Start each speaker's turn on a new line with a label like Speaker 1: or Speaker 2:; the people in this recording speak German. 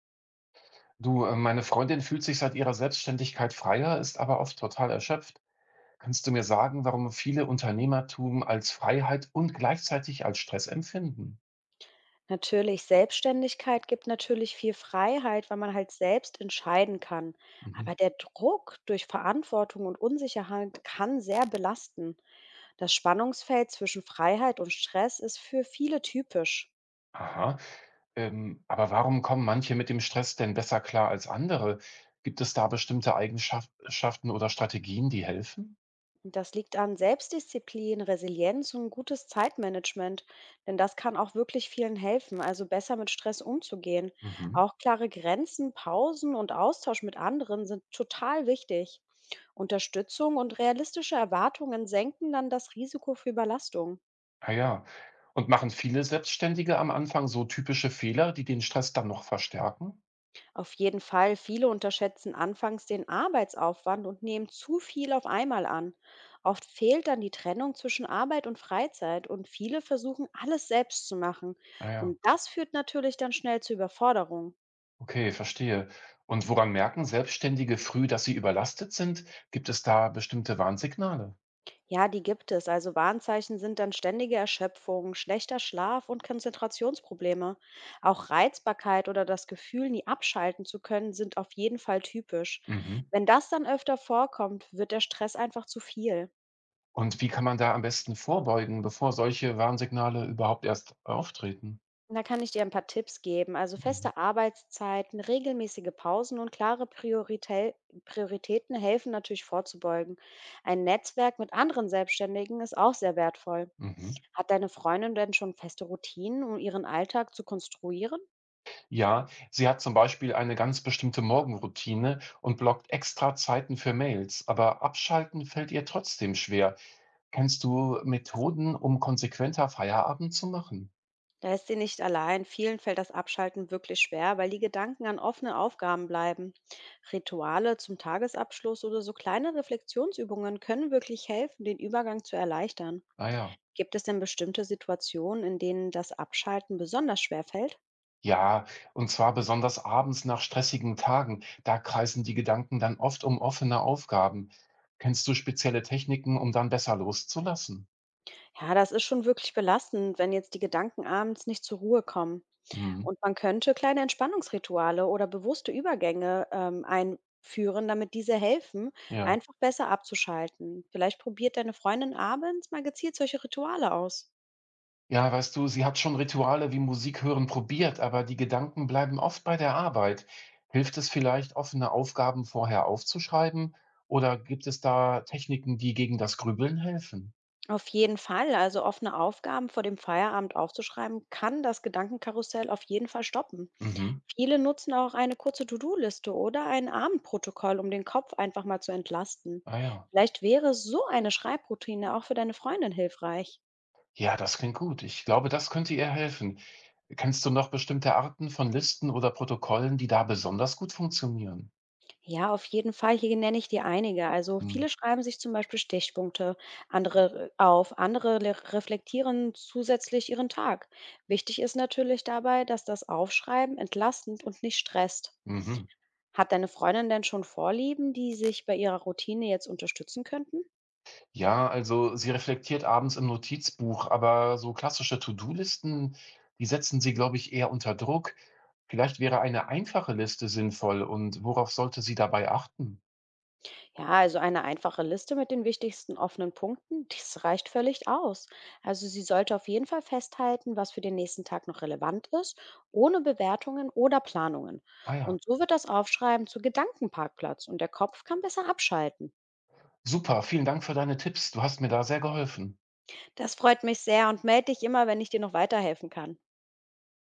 Speaker 1: Du, meine Freundin fühlt sich seit ihrer Selbstständigkeit freier, ist aber oft total erschöpft. Kannst du mir sagen, warum viele Unternehmertum als Freiheit und gleichzeitig als Stress empfinden?
Speaker 2: Natürlich, Selbstständigkeit gibt natürlich viel Freiheit, weil man halt selbst entscheiden kann.
Speaker 1: Mhm.
Speaker 2: Aber der Druck durch Verantwortung und Unsicherheit kann sehr belasten. Das Spannungsfeld zwischen Freiheit und Stress ist für viele typisch.
Speaker 1: Aha. Aber warum kommen manche mit dem Stress denn besser klar als andere? Gibt es da bestimmte Eigenschaften oder Strategien, die helfen?
Speaker 2: Und das liegt an Selbstdisziplin, Resilienz und gutes Zeitmanagement, denn das kann auch wirklich vielen helfen, also besser mit Stress umzugehen.
Speaker 1: Mhm.
Speaker 2: Auch klare Grenzen, Pausen und Austausch mit anderen sind total wichtig. Unterstützung und realistische Erwartungen senken dann das Risiko für Überlastung.
Speaker 1: Ah ja. Und machen viele Selbstständige am Anfang so typische Fehler, die den Stress dann noch verstärken?
Speaker 2: Auf jeden Fall, viele unterschätzen anfangs den Arbeitsaufwand und nehmen zu viel auf einmal an. Oft fehlt dann die Trennung zwischen Arbeit und Freizeit und viele versuchen alles selbst zu machen.
Speaker 1: Ah ja.
Speaker 2: Und das führt natürlich dann schnell zu Überforderung.
Speaker 1: Okay, verstehe. Und woran merken Selbstständige früh, dass sie überlastet sind? Gibt es da bestimmte Warnsignale?
Speaker 2: Ja, die gibt es. Also Warnzeichen sind dann ständige Erschöpfung, schlechter Schlaf und Konzentrationsprobleme. Auch Reizbarkeit oder das Gefühl, nie abschalten zu können, sind auf jeden Fall typisch.
Speaker 1: Mhm.
Speaker 2: Wenn das dann öfter vorkommt, wird der Stress einfach zu viel.
Speaker 1: Und wie kann man da am besten vorbeugen, bevor solche Warnsignale überhaupt erst auftreten?
Speaker 2: Da kann ich dir ein paar Tipps geben. Also
Speaker 1: Mhm.
Speaker 2: feste Arbeitszeiten, regelmäßige Pausen und klare Prioritäten helfen natürlich vorzubeugen. Ein Netzwerk mit anderen Selbstständigen ist auch sehr wertvoll.
Speaker 1: Mhm.
Speaker 2: Hat deine Freundin denn schon feste Routinen, um ihren Alltag zu konstruieren?
Speaker 1: Ja, sie hat zum Beispiel eine ganz bestimmte Morgenroutine und blockt extra Zeiten für Mails, aber abschalten fällt ihr trotzdem schwer. Kennst du Methoden, um konsequenter Feierabend zu machen?
Speaker 2: Da ist sie nicht allein. Vielen fällt das Abschalten wirklich schwer, weil die Gedanken an offene Aufgaben bleiben. Rituale zum Tagesabschluss oder so kleine Reflexionsübungen können wirklich helfen, den Übergang zu erleichtern.
Speaker 1: Naja.
Speaker 2: Gibt es denn bestimmte Situationen, in denen das Abschalten besonders schwer fällt?
Speaker 1: Ja, und zwar besonders abends nach stressigen Tagen. Da kreisen die Gedanken dann oft um offene Aufgaben. Kennst du spezielle Techniken, um dann besser loszulassen?
Speaker 2: Ja, das ist schon wirklich belastend, wenn jetzt die Gedanken abends nicht zur Ruhe kommen.
Speaker 1: Mhm.
Speaker 2: Und man könnte kleine Entspannungsrituale oder bewusste Übergänge einführen, damit diese helfen,
Speaker 1: Ja.
Speaker 2: einfach besser abzuschalten. Vielleicht probiert deine Freundin abends mal gezielt solche Rituale aus.
Speaker 1: Ja, weißt du, sie hat schon Rituale wie Musik hören probiert, aber die Gedanken bleiben oft bei der Arbeit. Hilft es vielleicht, offene Aufgaben vorher aufzuschreiben? Oder gibt es da Techniken, die gegen das Grübeln helfen?
Speaker 2: Auf jeden Fall, also offene Aufgaben vor dem Feierabend aufzuschreiben, kann das Gedankenkarussell auf jeden Fall stoppen.
Speaker 1: Mhm.
Speaker 2: Viele nutzen auch eine kurze To-Do-Liste oder ein Abendprotokoll, um den Kopf einfach mal zu entlasten.
Speaker 1: Ah ja.
Speaker 2: Vielleicht wäre so eine Schreibroutine auch für deine Freundin hilfreich.
Speaker 1: Ja, das klingt gut. Ich glaube, das könnte ihr helfen. Kennst du noch bestimmte Arten von Listen oder Protokollen, die da besonders gut funktionieren?
Speaker 2: Ja, auf jeden Fall. Hier nenne ich dir einige. Also
Speaker 1: Hm.
Speaker 2: viele schreiben sich zum Beispiel Stichpunkte andere auf, andere reflektieren zusätzlich ihren Tag. Wichtig ist natürlich dabei, dass das Aufschreiben entlastend und nicht stresst.
Speaker 1: Mhm.
Speaker 2: Hat deine Freundin denn schon Vorlieben, die sich bei ihrer Routine jetzt unterstützen könnten?
Speaker 1: Ja, also sie reflektiert abends im Notizbuch, aber so klassische To-Do-Listen, die setzen sie, glaube ich, eher unter Druck. Vielleicht wäre eine einfache Liste sinnvoll und worauf sollte sie dabei achten?
Speaker 2: Ja, also eine einfache Liste mit den wichtigsten offenen Punkten, das reicht völlig aus. Also sie sollte auf jeden Fall festhalten, was für den nächsten Tag noch relevant ist, ohne Bewertungen oder Planungen.
Speaker 1: Ah ja,
Speaker 2: Und so wird das Aufschreiben zu Gedankenparkplatz und der Kopf kann besser abschalten.
Speaker 1: super, vielen Dank für deine Tipps. Du hast mir da sehr geholfen.
Speaker 2: Das freut mich sehr und melde dich immer, wenn ich dir noch weiterhelfen kann.